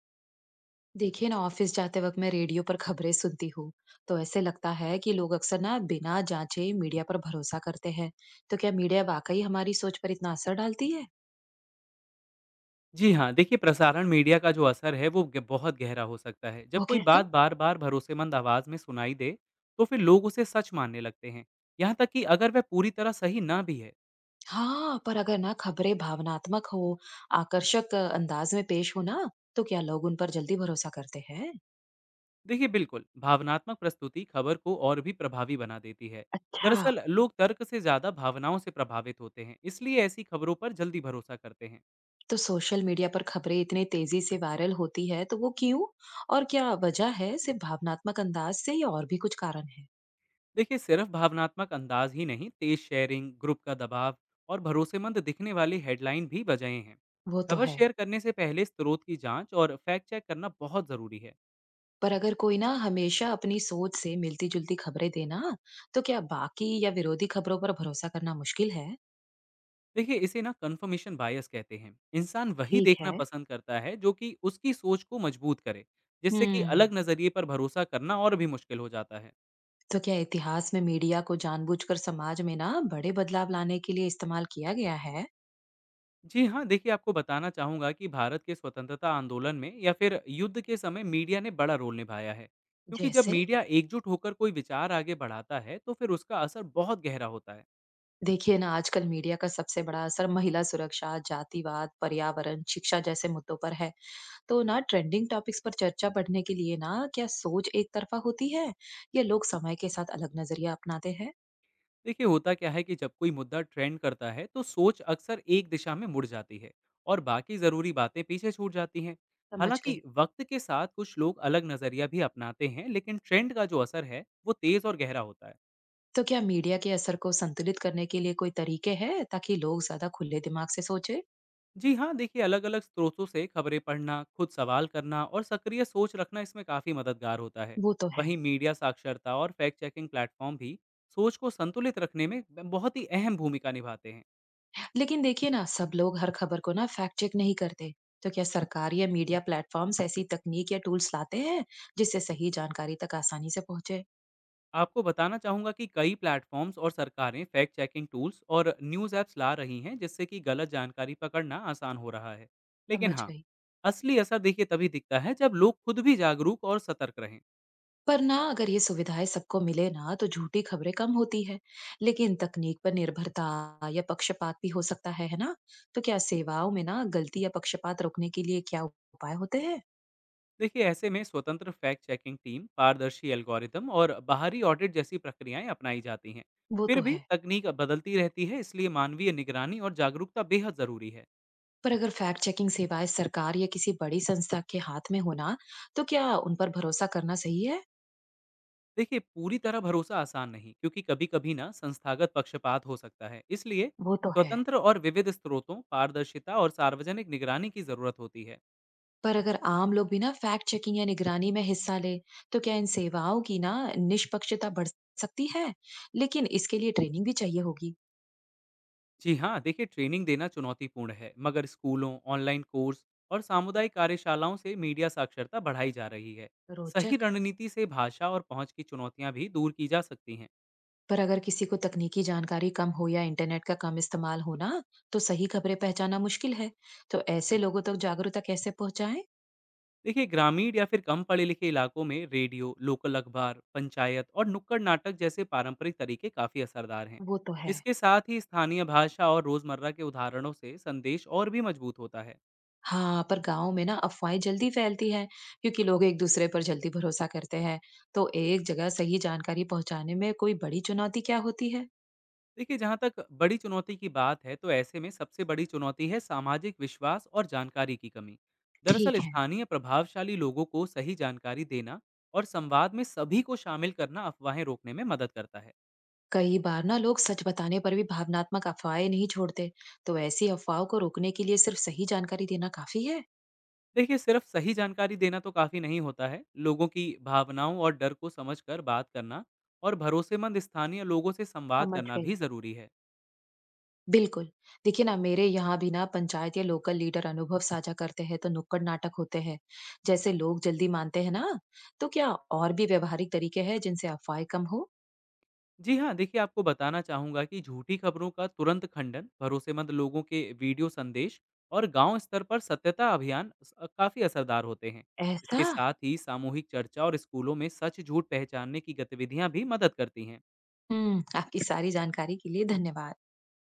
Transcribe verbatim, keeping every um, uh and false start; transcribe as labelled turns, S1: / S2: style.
S1: देखिए ना, ऑफिस जाते वक्त मैं रेडियो पर खबरें सुनती हूँ। तो ऐसे लगता है कि लोग अक्सर ना बिना जांचे मीडिया पर भरोसा करते हैं। तो क्या मीडिया वाकई हमारी सोच पर इतना असर डालती है?
S2: जी हाँ, देखिए प्रसारण मीडिया का जो असर है वो ग बहुत गहरा हो सकता है। जब
S1: वो
S2: कोई
S1: कैसे?
S2: बात बार-बार भरोसेमंद आवाज़ में सुनाई दे, तो फिर लोग उसे सच मानने लगते हैं, यहाँ तक कि अगर वह पूरी तरह सही ना भी है।
S1: हाँ, पर अगर ना खबरें भावनात्मक हो, आकर्षक अ, अंदाज में पेश हो ना, तो क्या लोग उन पर जल्दी भरोसा करते हैं?
S2: देखिए बिल्कुल, भावनात्मक प्रस्तुति खबर को और भी प्रभावी बना देती है।
S1: अच्छा।
S2: दरअसल लोग तर्क से ज़्यादा भावनाओं से प्रभावित होते हैं, इसलिए ऐसी खबरों पर जल्दी भरोसा करते हैं।
S1: तो सोशल मीडिया पर खबरें इतने तेजी से वायरल होती है, तो वो क्यों? और क्या वजह है, सिर्फ भावनात्मक अंदाज से या और भी कुछ कारण है?
S2: देखिए सिर्फ भावनात्मक अंदाज ही नहीं, तेज शेयरिंग, ग्रुप का दबाव और भरोसेमंद दिखने वाली हेडलाइन भी वजहें हैं।
S1: वो तो
S2: खबर
S1: है।
S2: शेयर करने से पहले स्रोत की जांच और फैक्ट चेक करना बहुत ज़रूरी है।
S1: पर अगर कोई ना हमेशा अपनी सोच से मिलती-जुलती खबरें देना, तो क्या बाकी या विरोधी खबरों पर भरोसा करना मुश्किल है?
S2: देखिए इसे ना कंफर्मेशन बायस कहते हैं। इंसान वही
S1: ठीक
S2: देखना
S1: है।
S2: पसंद करता है जो कि उसकी सोच को मजबूत करे, जिससे कि
S1: हम्म।
S2: अलग नज़रिए पर भरोसा करना और भी मुश्किल हो जाता है।
S1: तो क्या इतिहास में मीडिया को जानबूझकर समाज में ना बड़े बदलाव लाने के लिए इस्तेमाल किया गया है?
S2: जी हाँ, देखिए आपको बताना चाहूँगा कि भारत के स्वतंत्रता आंदोलन में या फिर युद्ध के समय मीडिया ने बड़ा रोल निभाया है। क्योंकि जब
S1: जैसे?
S2: मीडिया एकजुट होकर कोई विचार आगे बढ़ाता है, तो फिर उसका असर बहुत गहरा होता है।
S1: देखिए ना, आजकल मीडिया का सबसे बड़ा असर महिला सुरक्षा, जातिवाद, पर्यावरण, शिक्षा जैसे मुद्दों पर है। तो ना ट्रेंडिंग टॉपिक्स पर चर्चा बढ़ने के लिए ना, क्या सोच एक तरफा होती है या लोग समय के साथ अलग नजरिया अपनाते हैं?
S2: देखिए होता क्या है कि जब कोई मुद्दा ट्रेंड करता है, तो सोच अक्सर एक दिशा में मुड़ जाती है और बाकी ज़रूरी बातें पीछे छूट जाती हैं।
S1: समझ
S2: हालाँकि
S1: गई।
S2: वक्त के साथ कुछ लोग अलग नज़रिया भी अपनाते हैं, लेकिन ट्रेंड का जो असर है, वो तेज़ और गहरा होता है।
S1: तो क्या मीडिया के असर को संतुलित करने के लिए कोई तरीके हैं ताकि लोग ज्यादा खुले दिमाग से सोचे?
S2: जी हाँ, देखिए अलग अलग स्रोतों से खबरें पढ़ना, खुद सवाल करना और सक्रिय सोच रखना इसमें काफ़ी मददगार होता है।
S1: वो तो है।
S2: वहीं मीडिया साक्षरता और फैक्ट चेकिंग प्लेटफॉर्म भी सोच को संतुलित रखने में ब- बहुत ही अहम भूमिका निभाते हैं।
S1: लेकिन देखिए ना, सब लोग हर खबर को ना फैक्ट चेक नहीं करते। तो क्या सरकार या मीडिया प्लेटफॉर्म्स ऐसी तकनीक या टूल्स लाते हैं जिससे सही जानकारी तक आसानी से पहुंचे?
S2: आपको बताना चाहूँगा कि कई प्लेटफॉर्म्स और सरकारें फैक्ट चेकिंग टूल्स और न्यूज़ ऐप्स ला रही हैं, जिससे कि गलत जानकारी पकड़ना आसान हो रहा है। लेकिन
S1: समझ
S2: हाँ,
S1: गई।
S2: असली असर देखिए तभी दिखता है जब लोग खुद भी जागरूक और सतर्क रहें।
S1: पर ना अगर ये सुविधाएं सबको मिले ना, तो झूठी खबरें कम होती है। लेकिन तकनीक पर निर्भरता या पक्षपात भी हो सकता है है ना? तो क्या सेवाओं में ना गलती या पक्षपात रोकने के लिए क्या उपाय होते हैं?
S2: देखिए ऐसे में स्वतंत्र फैक्ट चेकिंग टीम, पारदर्शी एल्गोरिदम और बाहरी ऑडिट जैसी प्रक्रियाएं अपनाई जाती हैं।
S1: वो
S2: फिर
S1: तो
S2: भी
S1: है।
S2: तकनीक बदलती रहती है, इसलिए मानवीय निगरानी और जागरूकता बेहद ज़रूरी है।
S1: पर अगर फैक्ट चेकिंग सेवाएं सरकार या किसी बड़ी संस्था के हाथ में हो ना, तो क्या उन पर भरोसा करना सही है?
S2: देखिए पूरी तरह भरोसा आसान नहीं, क्योंकि कभी कभी ना संस्थागत पक्षपात हो सकता है, इसलिए
S1: वो तो है।
S2: स्वतंत्र और विविध स्रोतों, पारदर्शिता और सार्वजनिक निगरानी की ज़रूरत होती है।
S1: पर अगर आम लोग भी ना फैक्ट चेकिंग या निगरानी में हिस्सा ले, तो क्या इन सेवाओं की ना निष्पक्षता बढ़ सकती है? लेकिन इसके लिए ट्रेनिंग भी चाहिए होगी।
S2: जी हाँ, देखिए ट्रेनिंग देना चुनौतीपूर्ण है, मगर स्कूलों, ऑनलाइन कोर्स और सामुदायिक कार्यशालाओं से मीडिया साक्षरता बढ़ाई जा रही है। सही
S1: रोचक।
S2: रणनीति से भाषा और पहुंच की चुनौतियां भी दूर की जा सकती हैं।
S1: पर अगर किसी को तकनीकी जानकारी कम हो या इंटरनेट का कम इस्तेमाल हो ना, तो सही खबरें पहचाना मुश्किल है। तो ऐसे लोगों तक जागरूकता कैसे पहुंचाएं?
S2: देखिए ग्रामीण या फिर कम पढ़े लिखे इलाकों में रेडियो, लोकल अखबार, पंचायत और नुक्कड़ नाटक जैसे पारंपरिक तरीके काफ़ी असरदार हैं।
S1: वो तो है।
S2: इसके साथ ही स्थानीय भाषा और रोज़मर्रा के उदाहरणों से संदेश और भी मजबूत होता है।
S1: हाँ, पर गाँव में ना अफ़वाहें जल्दी फैलती हैं, क्योंकि लोग एक-दूसरे पर जल्दी भरोसा करते हैं। तो एक जगह सही जानकारी पहुँचाने में कोई बड़ी चुनौती क्या होती है?
S2: देखिए जहाँ तक बड़ी चुनौती की बात है तो ऐसे में सबसे बड़ी चुनौती है सामाजिक विश्वास और जानकारी की कमी। दरअसल
S1: ठीक है।
S2: स्थानीय प्रभावशाली लोगों को सही जानकारी देना और संवाद में सभी को शामिल करना अफवाहें रोकने में मदद करता है।
S1: कई बार ना लोग सच बताने पर भी भावनात्मक अफ़वाहें नहीं छोड़ते। तो ऐसी अफ़वाहों को रोकने के लिए सिर्फ सही जानकारी देना काफ़ी है?
S2: देखिए सिर्फ सही जानकारी देना तो काफ़ी नहीं होता है। लोगों की भावनाओं और डर को समझकर बात करना और भरोसेमंद स्थानीय लोगों से संवाद
S1: समझ
S2: करना
S1: गई।
S2: भी ज़रूरी है।
S1: बिल्कुल। देखिए ना, मेरे यहाँ भी ना पंचायत या लोकल लीडर अनुभव साझा करते हैं, तो नुक्कड़ नाटक होते हैं। जैसे लोग जल्दी मानते हैं ना। तो क्या और भी व्यवहारिक तरीके हैं जिनसे अफ़वाहें कम हो?
S2: जी हाँ, देखिए आपको बताना चाहूँगा कि झूठी खबरों का तुरंत खंडन, भरोसेमंद लोगों के वीडियो संदेश और गांव स्तर पर सत्यता अभियान स अ, काफ़ी असरदार होते हैं।
S1: ऐसा।
S2: इसके साथ ही सामूहिक चर्चा और स्कूलों में सच-झूठ पहचानने की गतिविधियाँ भी मदद करती हैं।
S1: हुँ, आपकी सारी जानकारी के लिए धन्यवाद।